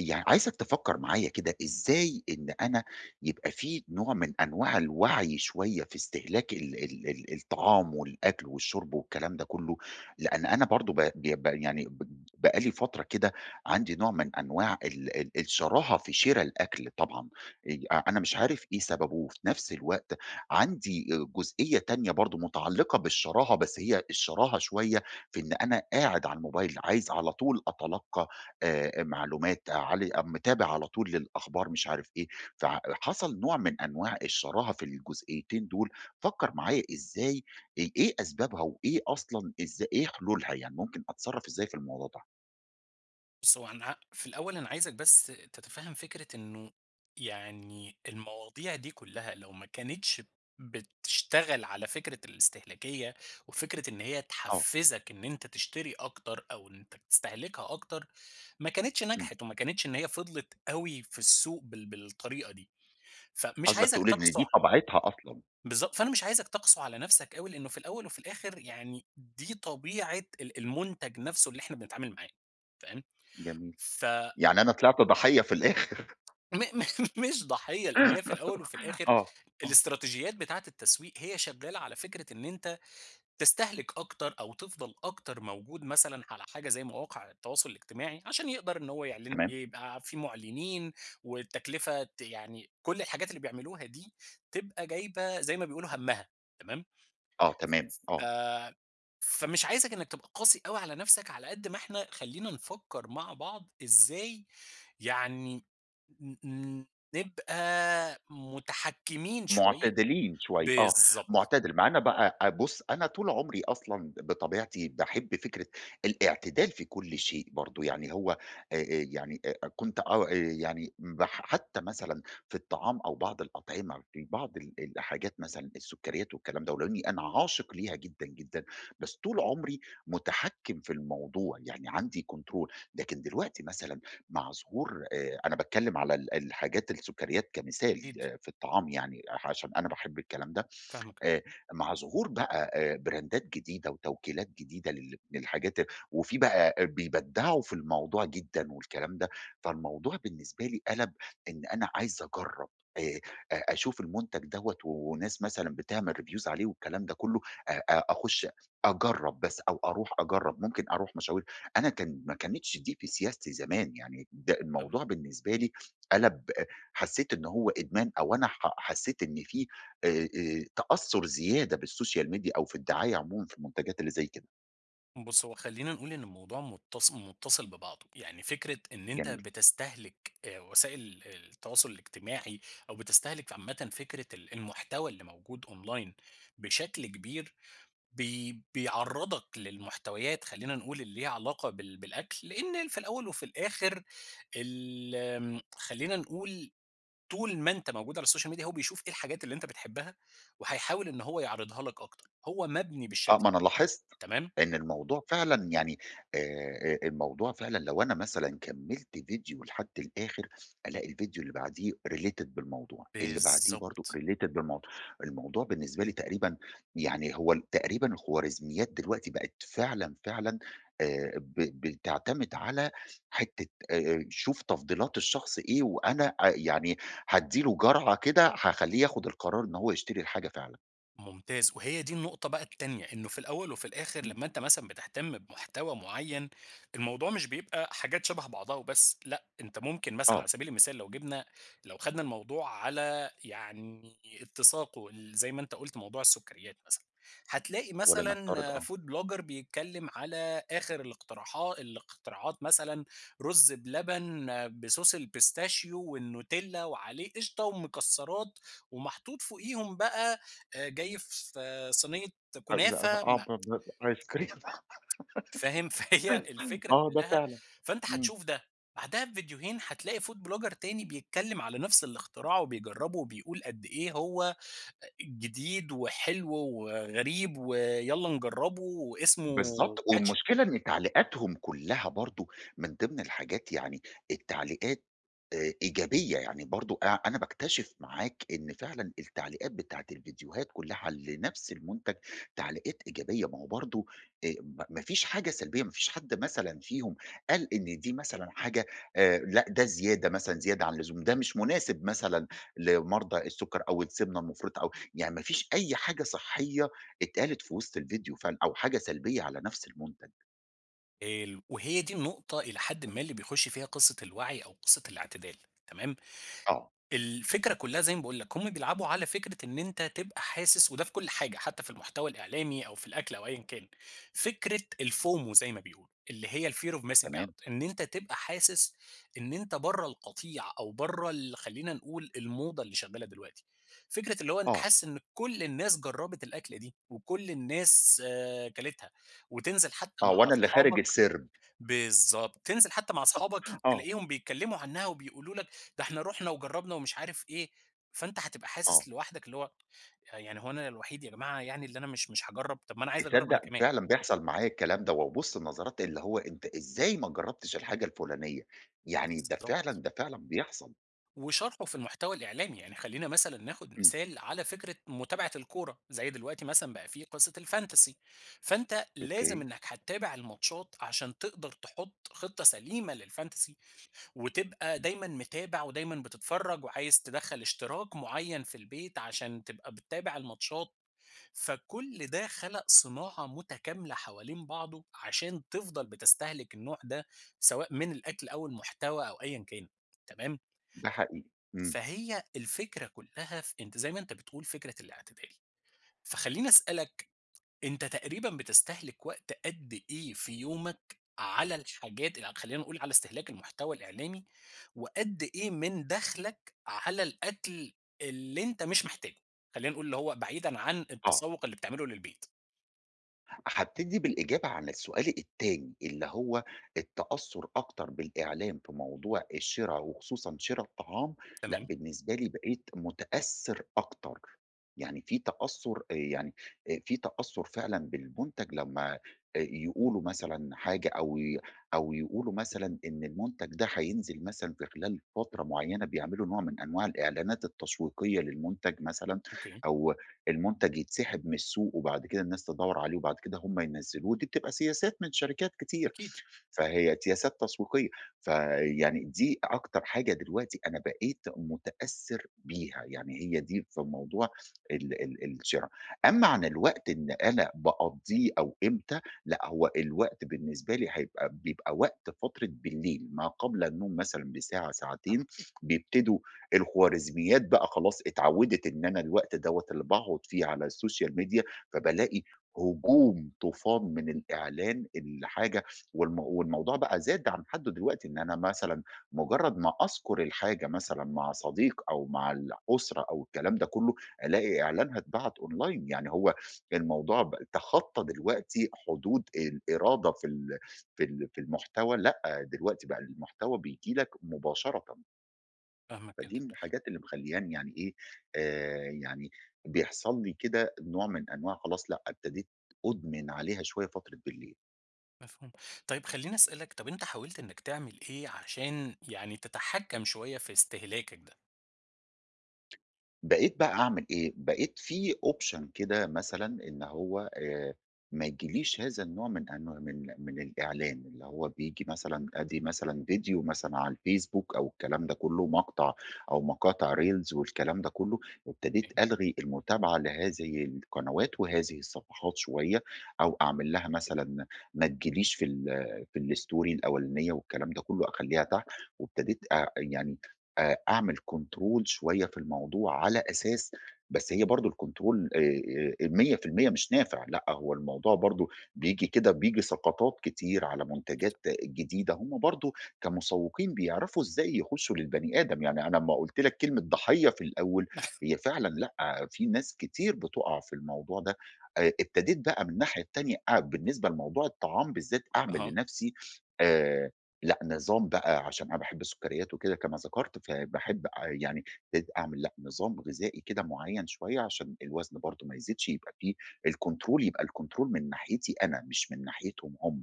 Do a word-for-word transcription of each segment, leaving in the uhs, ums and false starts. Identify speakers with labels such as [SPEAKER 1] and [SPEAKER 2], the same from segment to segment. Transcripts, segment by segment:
[SPEAKER 1] يعني عايزك تفكّر معايا كده، إزاي إن أنا يبقى في نوع من أنواع الوعي شوية في استهلاك ال ال ال الطعام والأكل والشرب والكلام ده كلّه، لإن أنا برضه ب ب يعني ب بقى لي فترة كده عندي نوع من أنواع ال ال الشراهة في شِرا الأكل طبعًا، آآ أنا مش عارف إيه سببه، وفي نفس الوقت عندي جزئية تانية برضه متعلقة بالشراهة، بس هي الشراهة شوية في إن أنا قاعد على الموبايل، عايز على طول أتلقّى آآ معلومات علي أم متابع على طول للأخبار مش عارف إيه، فحصل نوع من أنواع الشراهة في الجزئيتين دول، فكّر معايا إزاي آآ إيه أسبابها وإيه أصلًا إزا إيه حلولها، يعني ممكن أتصرّف إزاي في الموضوع ده؟
[SPEAKER 2] بُص، هو أنا ع- في الأول أنا عايزك بس تتفهم فكرة إنه يعني المواضيع دي كلها لو ما كانتش بتشتغل على فكرة الاستهلاكية، وفكرة إن هي
[SPEAKER 1] آه،
[SPEAKER 2] تحفزك إن أنت تشتري أكتر أو إن أنت تستهلكها أكتر، ما كانتش
[SPEAKER 1] إمم،
[SPEAKER 2] نجحت وما كانتش إن هي فضلت أوي في السوق بال بالطريقة دي، فمش
[SPEAKER 1] قصدك
[SPEAKER 2] عايزك
[SPEAKER 1] تقول إن
[SPEAKER 2] تقسو
[SPEAKER 1] دي طبيعتها أصلًا،
[SPEAKER 2] بالضبط، فأنا مش عايزك تقسو على نفسك أوي، لأنه في الأول وفي الآخر يعني دي طبيعة ال المنتج نفسه اللي إحنا بنتعامل معاه، فاهم؟
[SPEAKER 1] جميل،
[SPEAKER 2] ف
[SPEAKER 1] يعني أنا طلعت ضحية في الآخر
[SPEAKER 2] م م مش ضحية، لإن هي في الأول وفي الآخر
[SPEAKER 1] آه، آه،
[SPEAKER 2] الاستراتيجيات بتاعة التسويق هي شغّالة على فكرة إن أنت تستهلك أكتر أو تفضل أكتر موجود مثلًا على حاجة زي مواقع التواصل الاجتماعي، عشان يقدر إن هو يعلن
[SPEAKER 1] تمام،
[SPEAKER 2] يبقى في معلنين والتكلفة ت يعني كل الحاجات اللي بيعملوها دي تبقى جايبة زي ما بيقولوا همّها، تمام؟
[SPEAKER 1] آه، تمام،
[SPEAKER 2] ف
[SPEAKER 1] آه.
[SPEAKER 2] فمش عايزك إنك تبقى قاسي أوي على نفسك، على قد ما إحنا خلّينا نفكّر مع بعض إزاي يعني ن ن نبقى متحكّمين شوية
[SPEAKER 1] معتدلين شوية، آه،
[SPEAKER 2] بالضبط،
[SPEAKER 1] معتدل، مع أنا بقى أ بُص، أنا طول عمري أصلًا بطبيعتي باحب فكرة الاعتدال في كل شيء برضه، يعني هو آآ، آآ، يعني أ كنت آه، آآ، يعني بح حتى مثلًا في الطعام أو بعض الأطعمة في بعض ال الحاجات مثلًا السكريات والكلام ده، ولو إني أنا عاشق ليها جدًا، جدًا، بس طول عمري متحكم في الموضوع، يعني عندي control، لكن دلوقتي مثلًا مع ظهور آآ أنا باتكلّم على ال الحاجات السُكّريات كمثال
[SPEAKER 2] أكيد،
[SPEAKER 1] آآ في الطعام يعني، عشان أنا باحب الكلام ده.
[SPEAKER 2] فاهمك،
[SPEAKER 1] آآ مع ظهور بقى آآ براندات جديدة وتوكيلات جديدة لل للحاجات وفي بقى بيبدعوا في الموضوع جدًا والكلام ده، فالموضوع بالنسبة لي قَلَب إن أنا عايز أجرّب آآ أ أشوف المنتج دوّة وناس مثلًا بتعمل reviews عليه والكلام ده كلّه، أ أ أخش أجرّب بس أو أروح أجرّب، ممكن أروح مشاوير أنا كان ما كانتش دي في سياستي زمان، يعني ده الموضوع
[SPEAKER 2] فاهمك.
[SPEAKER 1] بالنسبة لي قَلَب آه، حسّيت إن هو إدمان أو أنا ح حسّيت إن في آآ آآ تأثُّر زيادة بالسوشيال ميديا أو في الدعاية عمومًا في المنتجات اللي زي كده.
[SPEAKER 2] بُص، هو خلّينا نقول إن الموضوع متص متصل ببعضه، يعني فكرة إن أنت
[SPEAKER 1] جميل.
[SPEAKER 2] بتستهلك آآ وسائل التواصل الاجتماعي أو بتستهلك عامةً فكرة ال المحتوى اللي موجود online بشكل كبير بي بيعرّضك للمحتويات خلّينا نقول اللي ليها علاقة بال بالأكل، لإن في الأول وفي الآخر ال آمم، خلّينا نقول طول ما أنت موجود على السوشيال ميديا هو بيشوف إيه الحاجات اللي أنت بتحبها، وهيحاول إن هو يعرضها لك أكتر، هو مبني
[SPEAKER 1] آه،
[SPEAKER 2] بالشكل
[SPEAKER 1] ما أنا
[SPEAKER 2] ده،
[SPEAKER 1] لاحظت
[SPEAKER 2] تمام؟
[SPEAKER 1] إن الموضوع فعلًا يعني آآ آآ الموضوع فعلًا لو أنا مثلًا كمّلت فيديو لحد الآخر، ألاقي الفيديو اللي بعديه related بالموضوع، اللي بعديه برضه
[SPEAKER 2] بالضبط.
[SPEAKER 1] related بالموضوع. الموضوع بالنسبة لي تقريبًا يعني هو ال تقريبًا الخوارزميات دلوقتي بقت فعلًا، فعلًا آآ ب بتعتمد على حتّة آآ شوف تفضيلات الشخص إيه وأنا أ يعني هادّي له جرعة كده هاخلّيه ياخُد القرار إن هو يشتري الحاجة فعلًا.
[SPEAKER 2] ممتاز، وهي دي النقطة بقى التانية، إنه في الأول وفي الآخر
[SPEAKER 1] إمم،
[SPEAKER 2] لمّا أنت مثلًا بتهتم بمحتوى معيّن، الموضوع مش بيبقى حاجات شبه بعضها وبس، لأ، أنت ممكن مثلًا على
[SPEAKER 1] آه،
[SPEAKER 2] سبيل المثال لو جبنا لو خدنا الموضوع على يعني اتساقه ال زي ما أنت قُلت موضوع السكريات مثلًا، هتلاقي
[SPEAKER 1] ولنفترض
[SPEAKER 2] مثلًا
[SPEAKER 1] آه.
[SPEAKER 2] food blogger بيتكلم على آخر الاقتراحا الاختراعات مثلًا رز بلبن بصوص البيستاشيو والنوتيلا وعليه قشطة ومكسرات ومحطوط فوقيهم بقى آآ جاي في آه، صينية
[SPEAKER 1] ع لا،
[SPEAKER 2] كنافة
[SPEAKER 1] آه
[SPEAKER 2] مع
[SPEAKER 1] ب ب آيس كريم
[SPEAKER 2] فاهم؟ فهي الفكرة
[SPEAKER 1] آه، ده
[SPEAKER 2] كلّها
[SPEAKER 1] فعلًا،
[SPEAKER 2] فأنت
[SPEAKER 1] إمم.
[SPEAKER 2] هتشوف ده، بعدها بفيديوهين هتلاقي food blogger تاني بيتكلّم على نفس الاختراع وبيجرّبه وبيقول قد إيه هو أ جديد وحلو وغريب ويالّا نجرّبه واسمه
[SPEAKER 1] بالضبط،
[SPEAKER 2] catchy
[SPEAKER 1] والمشكلة إن تعليقاتهم كلّها برضه من ضمن الحاجات يعني التعليقات آآ إيجابية، يعني برضه أ أنا باكتشف معاك إن فعلًا التعليقات بتاعة الفيديوهات كلّها على نفس المنتج تعليقات إيجابية، ما هو برضه آآ م ما فيش حاجة سلبية، ما فيش حد مثلًا فيهم قال إن دي مثلًا حاجة آآ لأ ده زيادة مثلًا، زيادة عن اللزوم، ده مش مناسب مثلًا لمرضى السُكّر أو السمنة المفرطة أو يعني ما فيش أي حاجة صحية اتقالت في وسط الفيديو فعلًا أو حاجة سلبية على نفس المنتج،
[SPEAKER 2] حلو، وهي دي النقطة إلى حدٍ ما اللي بيخُش فيها قصة الوعي أو قصة الاعتدال، تمام؟
[SPEAKER 1] آه،
[SPEAKER 2] الفكرة كلّها زي ما باقول لك، هُم بيلعبوا على فكرة إن أنت تبقى حاسس وده في كل حاجة، حتى في المحتوى الإعلامي أو في الأكل أو أيًا كان، فكرة الFOMO زي ما بيقولوا، اللي هي الFear of missing
[SPEAKER 1] تمام؟
[SPEAKER 2] out إن أنت تبقى حاسس إن أنت برّه القطيع أو برّه ال خلّينا نقول الموضة اللي شغّالة دلوقتي، فكرة اللي هو أنت
[SPEAKER 1] آه.
[SPEAKER 2] حاسس إن كل الناس جرّبت الأكلة دي، وكل الناس آآ كلتها، وتنزل حتى
[SPEAKER 1] آه،
[SPEAKER 2] مع
[SPEAKER 1] وأنا اللي خارج
[SPEAKER 2] أصحابك
[SPEAKER 1] السرب.
[SPEAKER 2] بالضبط، تنزل حتى مع أصحابك
[SPEAKER 1] آه.
[SPEAKER 2] تلاقيهم بيتكلّموا عنها وبيقولوا لك ده إحنا رُحنا وجرّبنا ومش عارف إيه، فأنت هتبقى حاسس
[SPEAKER 1] آه،
[SPEAKER 2] لوحدك اللي هو يعني هو أنا الوحيد يا جماعة يعني اللي أنا مش مش هاجرّب، طب ما أنا عايز أجرّب أنا
[SPEAKER 1] تصدق
[SPEAKER 2] كمان.
[SPEAKER 1] فعلًا بيحصل معايا الكلام ده، وابُص النظرات اللي هو أنت إزاي ما جربتش الحاجة الفلانية، يعني ده فعلًا
[SPEAKER 2] بالضبط.
[SPEAKER 1] ده فعلًا بيحصل،
[SPEAKER 2] وشرحه في المحتوى الإعلامي، يعني خلّينا مثلًا ناخد
[SPEAKER 1] إمم.
[SPEAKER 2] مثال على فكرة متابعة الكورة، زي دلوقتي مثلًا بقى في قصة الFantasy، فأنت لازم
[SPEAKER 1] أوكي.
[SPEAKER 2] إنك هتتابع الماتشات عشان تقدر تحط خطة سليمة للFantasy. وتبقى
[SPEAKER 1] إمم،
[SPEAKER 2] دايمًا متابع ودايمًا بتتفرّج وعايز تدخّل اشتراك معيّن في البيت عشان تبقى بتتابع الماتشات، فكل ده خلق صناعة متكاملة حوالين بعضه عشان تفضل بتستهلك النوع ده سواء من الأكل أو المحتوى أو أيًا كان، تمام؟
[SPEAKER 1] ده حقيقي، إمم،
[SPEAKER 2] فهي الفكرة كلّها في أنت زي ما أنت بتقول فكرة الاعتدال، فخلّيني أسألك أنت تقريبًا بتستهلك وقت قد إيه في يومك على الحاجات ال خلّينا نقول على استهلاك المحتوى الإعلامي، وقد إيه من دخلك على الأكل اللي أنت مش محتاجه؟ خلّينا نقول اللي هو بعيدًا عن
[SPEAKER 1] آه.
[SPEAKER 2] التسوق اللي بتعمله للبيت،
[SPEAKER 1] هابتدي بالإجابة عن السؤال التاني، اللي هو التأثُّر أكتر بالإعلام في موضوع الشِرا وخصوصًا شِرا الطعام، لأ
[SPEAKER 2] تمام،
[SPEAKER 1] بالنسبة لي بقيت متأثّر أكتر، يعني في تأثُّر آآ يعني آآ في تأثُّر فعلًا بالمُنتَج لمّا آآ يقولوا مثلًا حاجة أو ي أو يقولوا مثلًا إن المُنتَج ده هينزل مثلًا في خلال فترة معيّنة، بيعملوا نوع من أنواع الإعلانات التشويقية للمُنتَج مثلًا
[SPEAKER 2] أوكي،
[SPEAKER 1] أو المنتج يتسحب من السوق وبعد كده الناس تدوّر عليه وبعد كده هم ينزّلوه، دي بتبقى سياسات من شركات كتير.
[SPEAKER 2] أكيد
[SPEAKER 1] فهي سياسات تسويقية، فيعني دي أكتر حاجة دلوقتي أنا بقيت متأثّر بيها، يعني هي دي في موضوع ال ال الشِرا. أمّا عن الوقت إن أنا باقضّيه أو إمتى، لأ هو الوقت بالنسبة لي هيبقى بيبقى وقت فترة بالليل، ما قبل النوم مثلًا بساعة،
[SPEAKER 2] فاهمك،
[SPEAKER 1] ساعتين، بيبتدوا الخوارزميات بقى خلاص اتعوّدت إن أنا الوقت دوّة اللي باقعد فيه على السوشيال ميديا، فبالاقي هجوم، طوفان من الإعلان، الحاجة والم والموضوع بقى زاد عن حدّه دلوقتي، إن أنا مثلًا مجرّد ما أذكر الحاجة مثلًا مع صديق أو مع الأسرة أو الكلام ده كلّه، ألاقي إعلانها اتبعت online يعني هو الموضوع ب تخطّى دلوقتي حدود الإرادة في ال في ال في المحتوى، لأ دلوقتي بقى المحتوى بييجي لك مباشرةً،
[SPEAKER 2] فاهمك جدًا،
[SPEAKER 1] فدي من الحاجات اللي مخلّياني يعني إيه، آآ يعني بيحصل لي كده نوع من أنواع خلاص لأ، ابتديت أُدمن عليها شوية فترة بالليل.
[SPEAKER 2] مفهوم. طيب خلّيني أسألك، طب أنت حاولت إنك تعمل إيه عشان يعني تتحكم شوية في استهلاكك ده؟
[SPEAKER 1] بقيت بقى أعمل إيه، بقيت في option كده مثلًا إن هو آآ ما ييجيليش هذا النوع من أنواع من من الإعلان، اللي هو بييجي مثلًا آدي مثلًا فيديو مثلًا على الفيسبوك أو الكلام ده كله، مقطع أو مقاطع reels والكلام ده كله، ابتديت
[SPEAKER 2] يعني
[SPEAKER 1] ألغي المتابعة لهذه القنوات وهذه الصفحات شوية، أو أعمل لها مثلًا ما تجيليش في ال في الstory الأولانية والكلام ده كله، أخلّيها تحت، وابتديت أ يعني آآ أعمل control شوية في الموضوع على أساس بس هي برضه الcontrol آآ آآ مية في المية مش نافع، لأ هو الموضوع برضه بييجي كده بييجي سقطات كتير على
[SPEAKER 2] أكيد.
[SPEAKER 1] منتجات جديدة، هم برضه كمسوقين بيعرفوا إزاي يخشوا للبني آدم، يعني أنا أمّا قُلت لك كلمة ضحية في الأول، هي فعلًا لأ، في ناس كتير بتُقع في الموضوع ده، آآ ابتديت بقى من الناحية التانية أ بالنسبة لموضوع الطعام بالذات أعمل
[SPEAKER 2] أها،
[SPEAKER 1] لنفسي آآ لأ، نظام بقى عشان أنا باحب السكريات وكده كما ذكرت، فباحب أ يعني ابتديت أعمل لأ، نظام غذائي كده معيّن شوية عشان الوزن برضه ما يزيدش، يبقى في الكنترول يبقى الكنترول من ناحيتي أنا مش من ناحيتهم هم.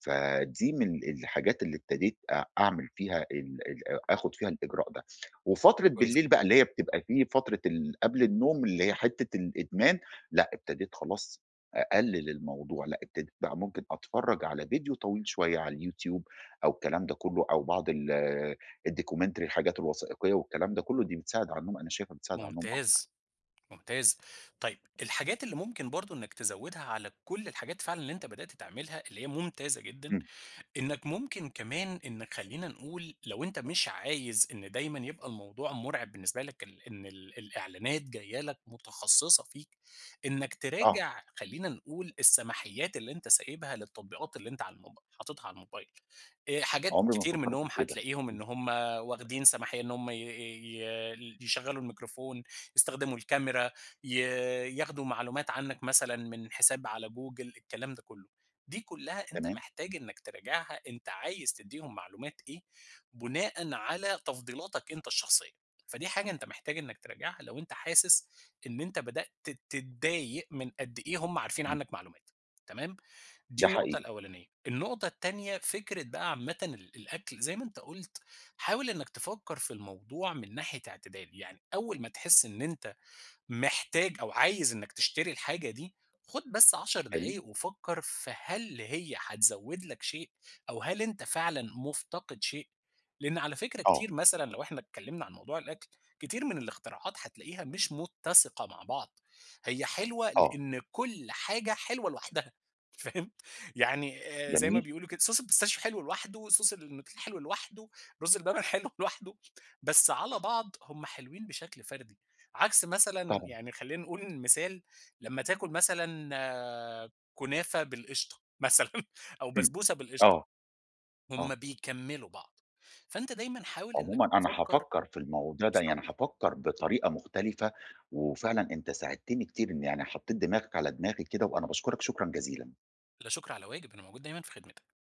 [SPEAKER 1] فدي من الحاجات اللي ابتديت أ أعمل فيها ال ال أ آخُد فيها الإجراء ده. وفترة
[SPEAKER 2] كويس
[SPEAKER 1] بالليل
[SPEAKER 2] جدًا،
[SPEAKER 1] بقى اللي هي بتبقى في فترة ال قبل النوم اللي هي حتّة الإدمان، لأ، ابتديت خلاص أقلِّل الموضوع، لأ، ابتديت بقى ممكن أتفرّج على فيديو طويل شوية على اليوتيوب، أو الكلام ده كله، أو بعض ال الdocumentary الحاجات الوثائقية والكلام ده كله، دي بتساعد عنهم أنا شايفها بتساعد عنهم أكتر.
[SPEAKER 2] ممتاز. ممتاز طيب الحاجات اللي ممكن برضو انك تزودها على كل الحاجات فعلا اللي انت بدأت تعملها اللي هي ممتازة جدا
[SPEAKER 1] إمم،
[SPEAKER 2] إنك ممكن كمان إنك خلّينا نقول لو أنت مش عايز إن دايمًا يبقى الموضوع مُرعب بالنسبة لك ال إن ال الإعلانات جاية لك متخصصة فيك، إنك
[SPEAKER 1] آه،
[SPEAKER 2] تراجع خلّينا نقول السماحيات اللي أنت سايبها للتطبيقات اللي أنت على الموب حاططها على الموبايل، آآ حاجات
[SPEAKER 1] عمري ما
[SPEAKER 2] كتير
[SPEAKER 1] فكّرت
[SPEAKER 2] منّهم
[SPEAKER 1] في كده.
[SPEAKER 2] هتلاقيهم
[SPEAKER 1] إمم،
[SPEAKER 2] إن هم واخدين سماحية إن هم ي ي يشغّلوا الميكروفون، يستخدموا الكاميرا، ي ياخدوا معلومات عنك مثلًا من حساب على جوجل، الكلام ده كلّه. دي كلها أنت
[SPEAKER 1] تمام،
[SPEAKER 2] محتاج إنك تراجعها أنت عايز تدّيهم معلومات إيه، بناءً على تفضيلاتك أنت الشخصية، فدي حاجة أنت محتاج إنك تراجعها لو أنت حاسس إن أنت بدأت تتضايق من قد إيه هم عارفين
[SPEAKER 1] إمم،
[SPEAKER 2] عنك معلومات، تمام؟ دي
[SPEAKER 1] ده
[SPEAKER 2] النقطة
[SPEAKER 1] حقيقي،
[SPEAKER 2] الأولانية. النقطة التانية فكرة بقى عامةً ال الأكل زي ما أنت قُلت، حاول إنك تفكّر في الموضوع من ناحية اعتدال، يعني أول ما تحس إن أنت محتاج أو عايز إنك تشتري الحاجة دي، خُد بس 10
[SPEAKER 1] حلو،
[SPEAKER 2] دقايق وفكّر في هل هي هتزوّد لك شيء أو هل أنت فعلًا مُفتقد شيء؟ لإن على فكرة
[SPEAKER 1] آه،
[SPEAKER 2] كتير مثلًا لو إحنا اتكلّمنا عن موضوع الأكل، كتير من الاختراعات هتلاقيها مش متّسقة مع بعض، هي حلوة
[SPEAKER 1] آه،
[SPEAKER 2] لإن كل حاجة حلوة لوحدها فاهم؟ يعني آآ زي ما
[SPEAKER 1] جميل،
[SPEAKER 2] بيقولوا كده صوص البيستاشيو حلو لوحده، صوص النوتيلا حلو لوحده، رُز اللبن حلو لوحده، بس على بعض هم حلوين بشكل فردي. عكس مثلًا
[SPEAKER 1] طبعًا،
[SPEAKER 2] يعني خلّينا نقول مثال، لمّا تاكل مثلًا آه، كنافة بالقشطة مثلًا أو
[SPEAKER 1] إمم،
[SPEAKER 2] بسبوسة بالقشطة،
[SPEAKER 1] آه،
[SPEAKER 2] هم
[SPEAKER 1] آه،
[SPEAKER 2] بيكمّلوا بعض، فأنت دايمًا حاول إنك
[SPEAKER 1] عمومًا أنا
[SPEAKER 2] تفكّر
[SPEAKER 1] هافكّر في الموضوع ده، يعني
[SPEAKER 2] بالضبط،
[SPEAKER 1] هافكّر بطريقة مختلفة، وفعلًا أنت ساعدتني كتير إن يعني حطّيت دماغك على دماغي كده، وأنا باشكرك شكرًا جزيلًا.
[SPEAKER 2] لا شكر على واجب، أنا موجود دايمًا في خدمتك.